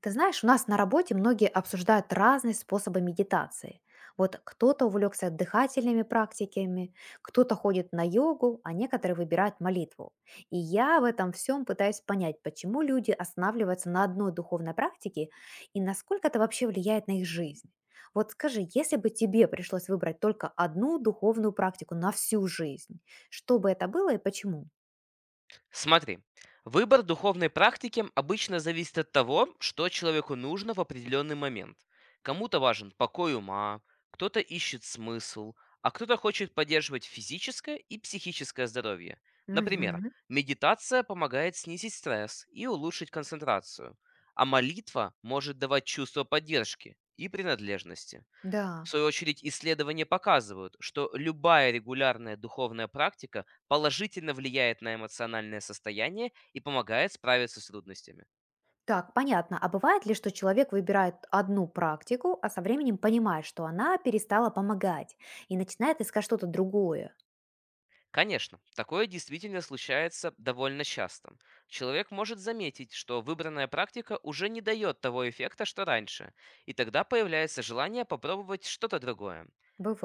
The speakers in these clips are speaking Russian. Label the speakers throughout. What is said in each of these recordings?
Speaker 1: Ты знаешь, у нас на работе многие обсуждают разные способы медитации. Вот кто-то увлекся дыхательными практиками, кто-то ходит на йогу, а некоторые выбирают молитву. И я в этом всем пытаюсь понять, почему люди останавливаются на одной духовной практике и насколько это вообще влияет на их жизнь. Вот скажи, если бы тебе пришлось выбрать только одну духовную практику на всю жизнь, что бы это было и почему?
Speaker 2: Смотри, выбор духовной практики обычно зависит от того, что человеку нужно в определенный момент. Кому-то важен покой ума, кто-то ищет смысл, а кто-то хочет поддерживать физическое и психическое здоровье. Например,
Speaker 1: Мгм.
Speaker 2: медитация помогает снизить стресс и улучшить концентрацию, а молитва может давать чувство поддержки и принадлежности.
Speaker 1: Да.
Speaker 2: В свою очередь, исследования показывают, что любая регулярная духовная практика положительно влияет на эмоциональное состояние и помогает справиться с трудностями.
Speaker 1: Так, понятно. А бывает ли, что человек выбирает одну практику, а со временем понимает, что она перестала помогать и начинает искать что-то другое?
Speaker 2: Конечно, такое действительно случается довольно часто. Человек может заметить, что выбранная практика уже не дает того эффекта, что раньше, и тогда появляется желание попробовать что-то другое.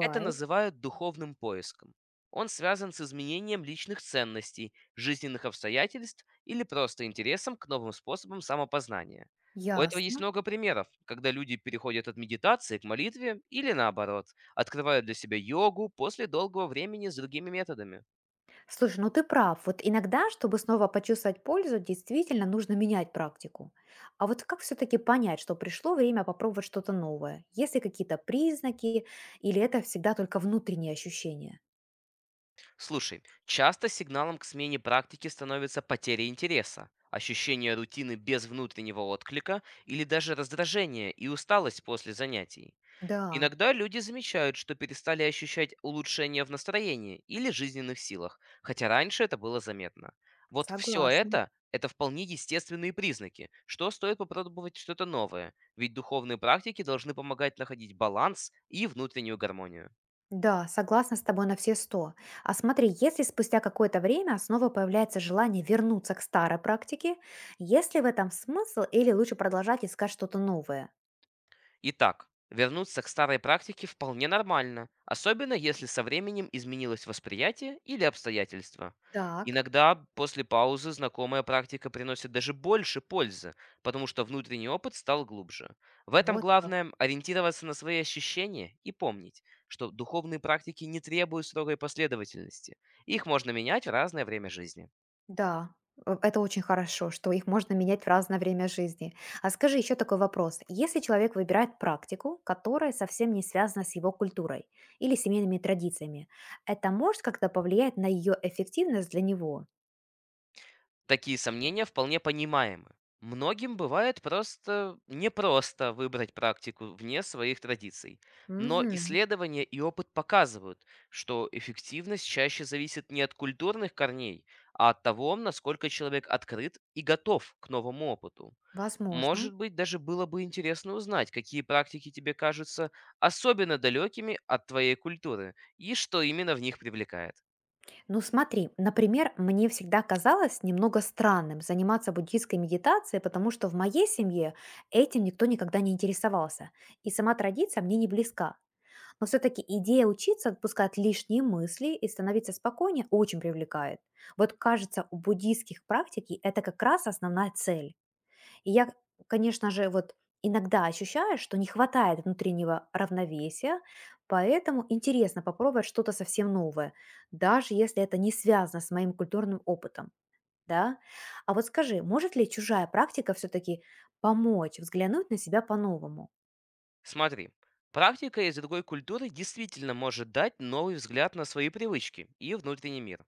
Speaker 2: Это называют духовным поиском. Он связан с изменением личных ценностей, жизненных обстоятельств или просто интересом к новым способам самопознания. У этого есть
Speaker 1: Ясно.
Speaker 2: много примеров, когда люди переходят от медитации к молитве или наоборот. Открывают для себя йогу после долгого времени с другими методами.
Speaker 1: Слушай, ну ты прав. Вот иногда, чтобы снова почувствовать пользу, действительно нужно менять практику. А вот как все-таки понять, что пришло время попробовать что-то новое? Есть ли какие-то признаки или это всегда только внутренние ощущения?
Speaker 2: Слушай, часто сигналом к смене практики становится потеря интереса, ощущение рутины без внутреннего отклика или даже раздражение и усталость после занятий.
Speaker 1: Да,
Speaker 2: Иногда люди замечают, что перестали ощущать улучшение в настроении или жизненных силах, хотя раньше это было заметно. Вот все
Speaker 1: согласна.
Speaker 2: это вполне естественные признаки, что стоит попробовать что-то новое, ведь духовные практики должны помогать находить баланс и внутреннюю гармонию.
Speaker 1: Да, согласна с тобой на все сто. А смотри, если спустя какое-то время снова появляется желание вернуться к старой практике, есть ли в этом смысл или лучше продолжать искать что-то новое?
Speaker 2: Итак, вернуться к старой практике вполне нормально, особенно если со временем изменилось восприятие или обстоятельства.
Speaker 1: Так,
Speaker 2: Иногда после паузы знакомая практика приносит даже больше пользы, потому что внутренний опыт стал глубже. В этом
Speaker 1: вот как.
Speaker 2: главное ориентироваться на свои ощущения и помнить, что духовные практики не требуют строгой последовательности. Их можно менять в разное время жизни.
Speaker 1: Да, это очень хорошо, что их можно менять в разное время жизни. А скажи еще такой вопрос. Если человек выбирает практику, которая совсем не связана с его культурой или семейными традициями, это может как-то повлиять на ее эффективность для него?
Speaker 2: Такие сомнения вполне понимаемы. Многим бывает просто непросто выбрать практику вне своих традиций. Но
Speaker 1: Угу,
Speaker 2: исследования и опыт показывают, что эффективность чаще зависит не от культурных корней, а от того, насколько человек открыт и готов к новому опыту.
Speaker 1: возможно.
Speaker 2: Может быть, даже было бы интересно узнать, какие практики тебе кажутся особенно далекими от твоей культуры и что именно в них привлекает.
Speaker 1: Ну смотри, например, мне всегда казалось немного странным заниматься буддийской медитацией, потому что в моей семье этим никто никогда не интересовался, и сама традиция мне не близка. Но все-таки идея учиться отпускать лишние мысли и становиться спокойнее очень привлекает. Вот кажется, у буддийских практики это как раз основная цель. И я, конечно же, вот иногда ощущаю, что не хватает внутреннего равновесия, поэтому интересно попробовать что-то совсем новое, даже если это не связано с моим культурным опытом. Да? А вот скажи, может ли чужая практика все-таки помочь взглянуть на себя по-новому?
Speaker 2: Смотри, практика из другой культуры действительно может дать новый взгляд на свои привычки и внутренний мир.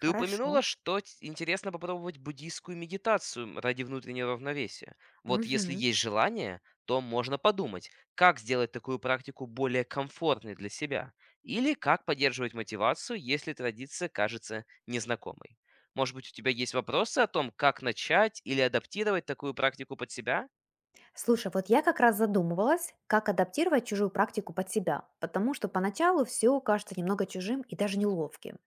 Speaker 2: Ты
Speaker 1: Хорошо.
Speaker 2: упомянула, что интересно попробовать буддийскую медитацию ради внутреннего равновесия. Вот если
Speaker 1: Мгм.
Speaker 2: есть желание, то можно подумать, как сделать такую практику более комфортной для себя, или как поддерживать мотивацию, если традиция кажется незнакомой. Может быть, у тебя есть вопросы о том, как начать или адаптировать такую практику под себя?
Speaker 1: Слушай, вот я как раз задумывалась, как адаптировать чужую практику под себя, потому что поначалу все кажется немного чужим и даже неловким.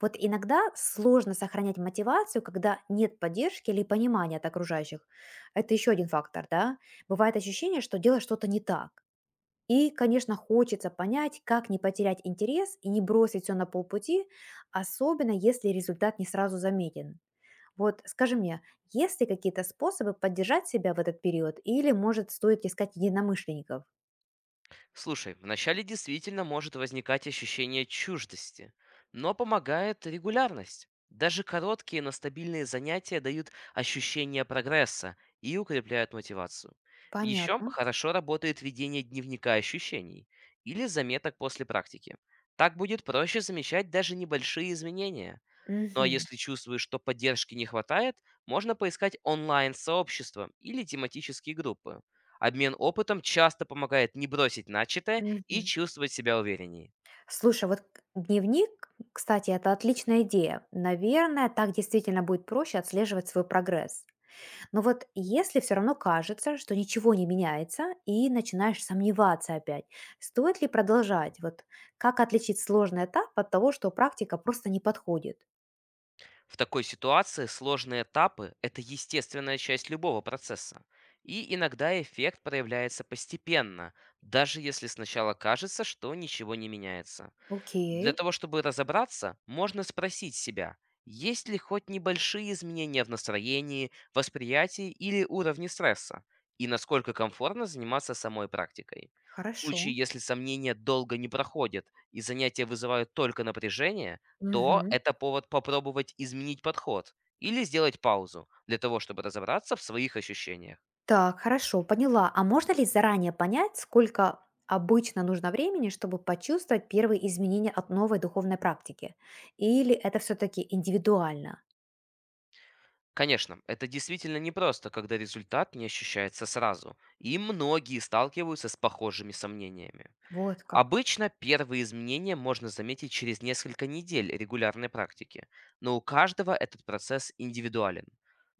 Speaker 1: Вот иногда сложно сохранять мотивацию, когда нет поддержки или понимания от окружающих. Это еще один фактор, да. Бывает ощущение, что дело что-то не так. И, конечно, хочется понять, как не потерять интерес и не бросить все на полпути, особенно если результат не сразу заметен. Вот скажи мне, есть ли какие-то способы поддержать себя в этот период или, может, стоит искать единомышленников?
Speaker 2: Слушай, вначале действительно может возникать ощущение чуждости, но помогает регулярность. Даже короткие, но стабильные занятия дают ощущение прогресса и укрепляют мотивацию. Еще
Speaker 1: Понятно.
Speaker 2: хорошо работает ведение дневника ощущений или заметок после практики. Так будет проще замечать даже небольшие изменения. Ну а
Speaker 1: Мгм.
Speaker 2: если чувствуешь, что поддержки не хватает, можно поискать онлайн-сообщества или тематические группы. Обмен опытом часто помогает не бросить начатое и
Speaker 1: Мгм.
Speaker 2: чувствовать себя увереннее.
Speaker 1: Слушай, вот дневник, кстати, это отличная идея. Наверное, так действительно будет проще отслеживать свой прогресс. Но вот если все равно кажется, что ничего не меняется, и начинаешь сомневаться опять, стоит ли продолжать? Вот как отличить сложный этап от того, что практика просто не подходит?
Speaker 2: В такой ситуации сложные этапы — это естественная часть любого процесса. И иногда эффект проявляется постепенно, даже если сначала кажется, что ничего не меняется.
Speaker 1: Окей,
Speaker 2: Для того, чтобы разобраться, можно спросить себя, есть ли хоть небольшие изменения в настроении, восприятии или уровне стресса, и насколько комфортно заниматься самой практикой. В
Speaker 1: хорошо.
Speaker 2: случае, если сомнения долго не проходят и занятия вызывают только напряжение, то
Speaker 1: Мгм.
Speaker 2: это повод попробовать изменить подход или сделать паузу для того, чтобы разобраться в своих ощущениях.
Speaker 1: Так, хорошо, поняла. А можно ли заранее понять, сколько обычно нужно времени, чтобы почувствовать первые изменения от новой духовной практики? Или это все-таки индивидуально?
Speaker 2: Конечно, это действительно непросто, когда результат не ощущается сразу, и многие сталкиваются с похожими сомнениями.
Speaker 1: Вот как.
Speaker 2: Обычно первые изменения можно заметить через несколько недель регулярной практики, но у каждого этот процесс индивидуален.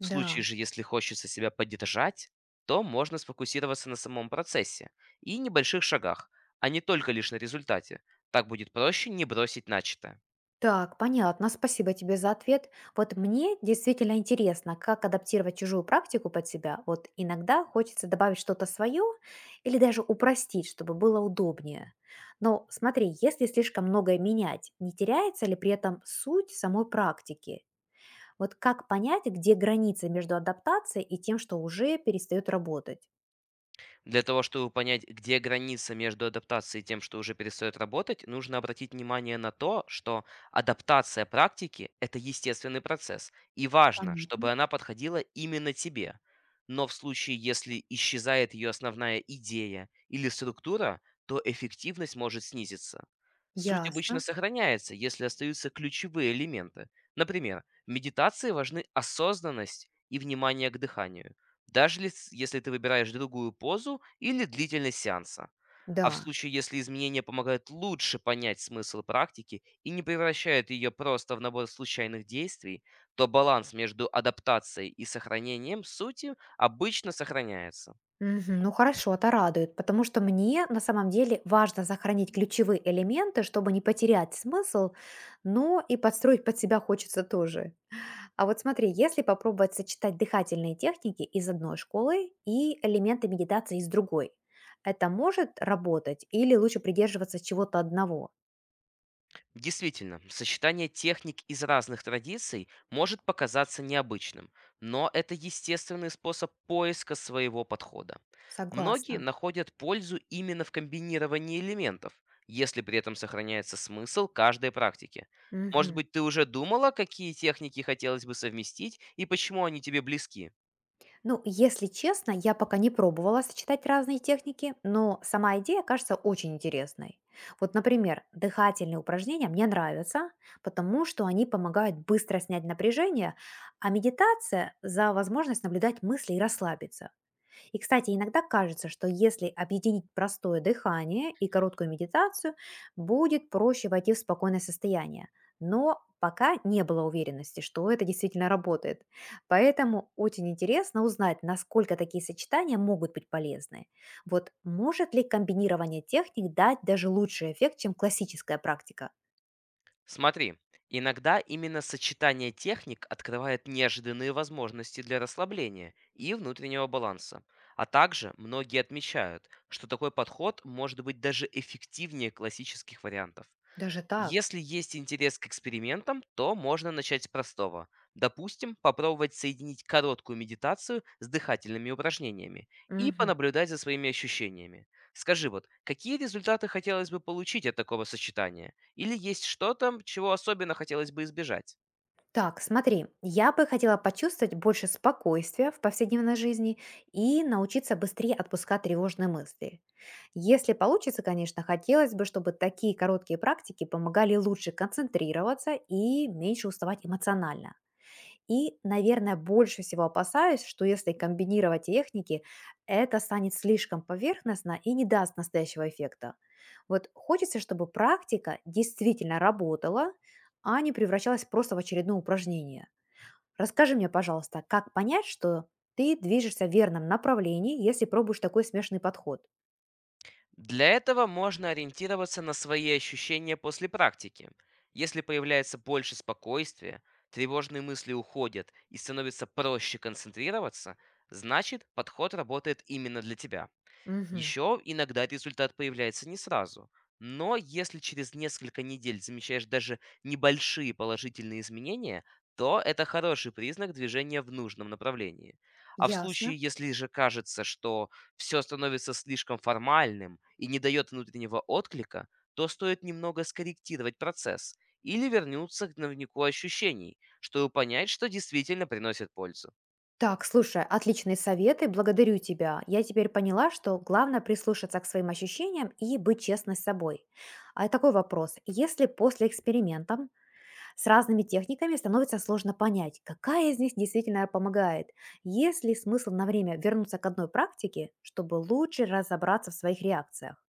Speaker 2: В случае же, если хочется себя поддержать, то можно сфокусироваться на самом процессе и небольших шагах, а не только лишь на результате. Так будет проще не бросить начатое.
Speaker 1: Так, понятно. Спасибо тебе за ответ. Вот мне действительно интересно, как адаптировать чужую практику под себя. Вот иногда хочется добавить что-то свое или даже упростить, чтобы было удобнее. Но смотри, если слишком многое менять, не теряется ли при этом суть самой практики? Вот как понять, где граница между адаптацией и тем, что уже перестает работать?
Speaker 2: Для того, чтобы понять, где граница между адаптацией и тем, что уже перестает работать, нужно обратить внимание на то, что адаптация практики — это естественный процесс, и важно,
Speaker 1: Понятно.
Speaker 2: чтобы она подходила именно тебе. Но в случае, если исчезает ее основная идея или структура, то эффективность может снизиться. Суть обычно
Speaker 1: Ясно.
Speaker 2: сохраняется, если остаются ключевые элементы. Например, в медитации важны осознанность и внимание к дыханию даже если ты выбираешь другую позу или длительность сеанса. А в
Speaker 1: Да.
Speaker 2: случае, если изменения помогают лучше понять смысл практики и не превращают ее просто в набор случайных действий, то баланс между адаптацией и сохранением сути обычно сохраняется.
Speaker 1: Мгм. Ну хорошо, это радует, потому что мне на самом деле важно сохранить ключевые элементы, чтобы не потерять смысл, но и подстроить под себя хочется тоже. А вот смотри, если попробовать сочетать дыхательные техники из одной школы и элементы медитации из другой, это может работать или лучше придерживаться чего-то одного?
Speaker 2: Действительно, сочетание техник из разных традиций может показаться необычным, но это естественный способ поиска своего подхода. Многие
Speaker 1: Согласна.
Speaker 2: находят пользу именно в комбинировании элементов, если при этом сохраняется смысл каждой практики. Может
Speaker 1: Мгм.
Speaker 2: быть, ты уже думала, какие техники хотелось бы совместить и почему они тебе близки?
Speaker 1: Ну, если честно, я пока не пробовала сочетать разные техники, но сама идея кажется очень интересной. Вот, например, дыхательные упражнения мне нравятся, потому что они помогают быстро снять напряжение, а медитация– за возможность наблюдать мысли и расслабиться. И, кстати, иногда кажется, что если объединить простое дыхание и короткую медитацию, будет проще войти в спокойное состояние. Но пока не было уверенности, что это действительно работает. Поэтому очень интересно узнать, насколько такие сочетания могут быть полезны. Вот может ли комбинирование техник дать даже лучший эффект, чем классическая практика?
Speaker 2: Смотри, иногда именно сочетание техник открывает неожиданные возможности для расслабления и внутреннего баланса. А также многие отмечают, что такой подход может быть даже эффективнее классических вариантов.
Speaker 1: Даже так.
Speaker 2: Если есть интерес к экспериментам, то можно начать с простого. Допустим, попробовать соединить короткую медитацию с дыхательными упражнениями и
Speaker 1: Мгм.
Speaker 2: понаблюдать за своими ощущениями. Скажи вот, какие результаты хотелось бы получить от такого сочетания? Или есть что-то, чего особенно хотелось бы избежать?
Speaker 1: Так, смотри, я бы хотела почувствовать больше спокойствия в повседневной жизни и научиться быстрее отпускать тревожные мысли. Если получится, конечно, хотелось бы, чтобы такие короткие практики помогали лучше концентрироваться и меньше уставать эмоционально. И, наверное, больше всего опасаюсь, что если комбинировать техники, это станет слишком поверхностно и не даст настоящего эффекта. Вот хочется, чтобы практика действительно работала, а не превращалась просто в очередное упражнение. Расскажи мне, пожалуйста, как понять, что ты движешься в верном направлении, если пробуешь такой смешанный подход?
Speaker 2: Для этого можно ориентироваться на свои ощущения после практики. Если появляется больше спокойствия, тревожные мысли уходят и становится проще концентрироваться, значит подход работает именно для тебя.
Speaker 1: Мгм.
Speaker 2: Еще иногда результат появляется не сразу. Но если через несколько недель замечаешь даже небольшие положительные изменения, то это хороший признак движения в нужном направлении. А в
Speaker 1: Ясно.
Speaker 2: случае, если же кажется, что все становится слишком формальным и не дает внутреннего отклика, то стоит немного скорректировать процесс или вернуться к дневнику ощущений, чтобы понять, что действительно приносит пользу.
Speaker 1: Так, слушай, отличные советы, благодарю тебя. Я теперь поняла, что главное прислушаться к своим ощущениям и быть честной с собой. А такой вопрос. Если после экспериментов с разными техниками становится сложно понять, какая из них действительно помогает, есть ли смысл на время вернуться к одной практике, чтобы лучше разобраться в своих реакциях?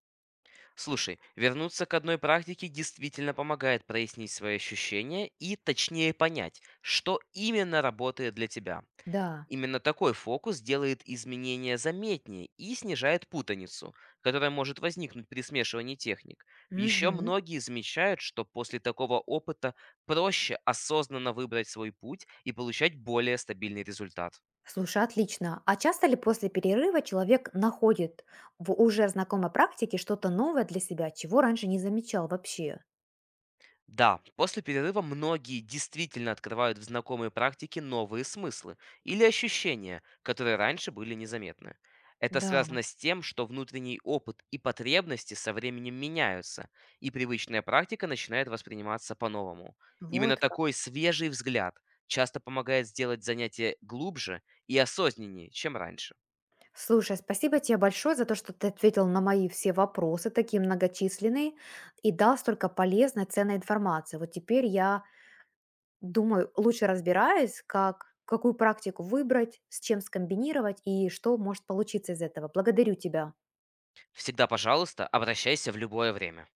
Speaker 2: Слушай, вернуться к одной практике действительно помогает прояснить свои ощущения и точнее понять, что именно работает для тебя.
Speaker 1: Да.
Speaker 2: Именно такой фокус делает изменения заметнее и снижает путаницу, которая может возникнуть при смешивании техник. Еще
Speaker 1: Мгм.
Speaker 2: многие замечают, что после такого опыта проще осознанно выбрать свой путь и получать более стабильный результат.
Speaker 1: Слушай, отлично. А часто ли после перерыва человек находит в уже знакомой практике что-то новое для себя, чего раньше не замечал вообще?
Speaker 2: Да, после перерыва многие действительно открывают в знакомой практике новые смыслы или ощущения, которые раньше были незаметны. Это
Speaker 1: Да,
Speaker 2: связано с тем, что внутренний опыт и потребности со временем меняются, и привычная практика начинает восприниматься по-новому. Именно
Speaker 1: вот как.
Speaker 2: такой свежий взгляд часто помогает сделать занятие глубже и осознаннее, чем раньше.
Speaker 1: Слушай, спасибо тебе большое за то, что ты ответил на мои все вопросы, такие многочисленные, и дал столько полезной, ценной информации. Вот теперь я думаю, лучше разбираюсь, как какую практику выбрать, с чем скомбинировать и что может получиться из этого. Благодарю тебя.
Speaker 2: Всегда, пожалуйста, обращайся в любое время.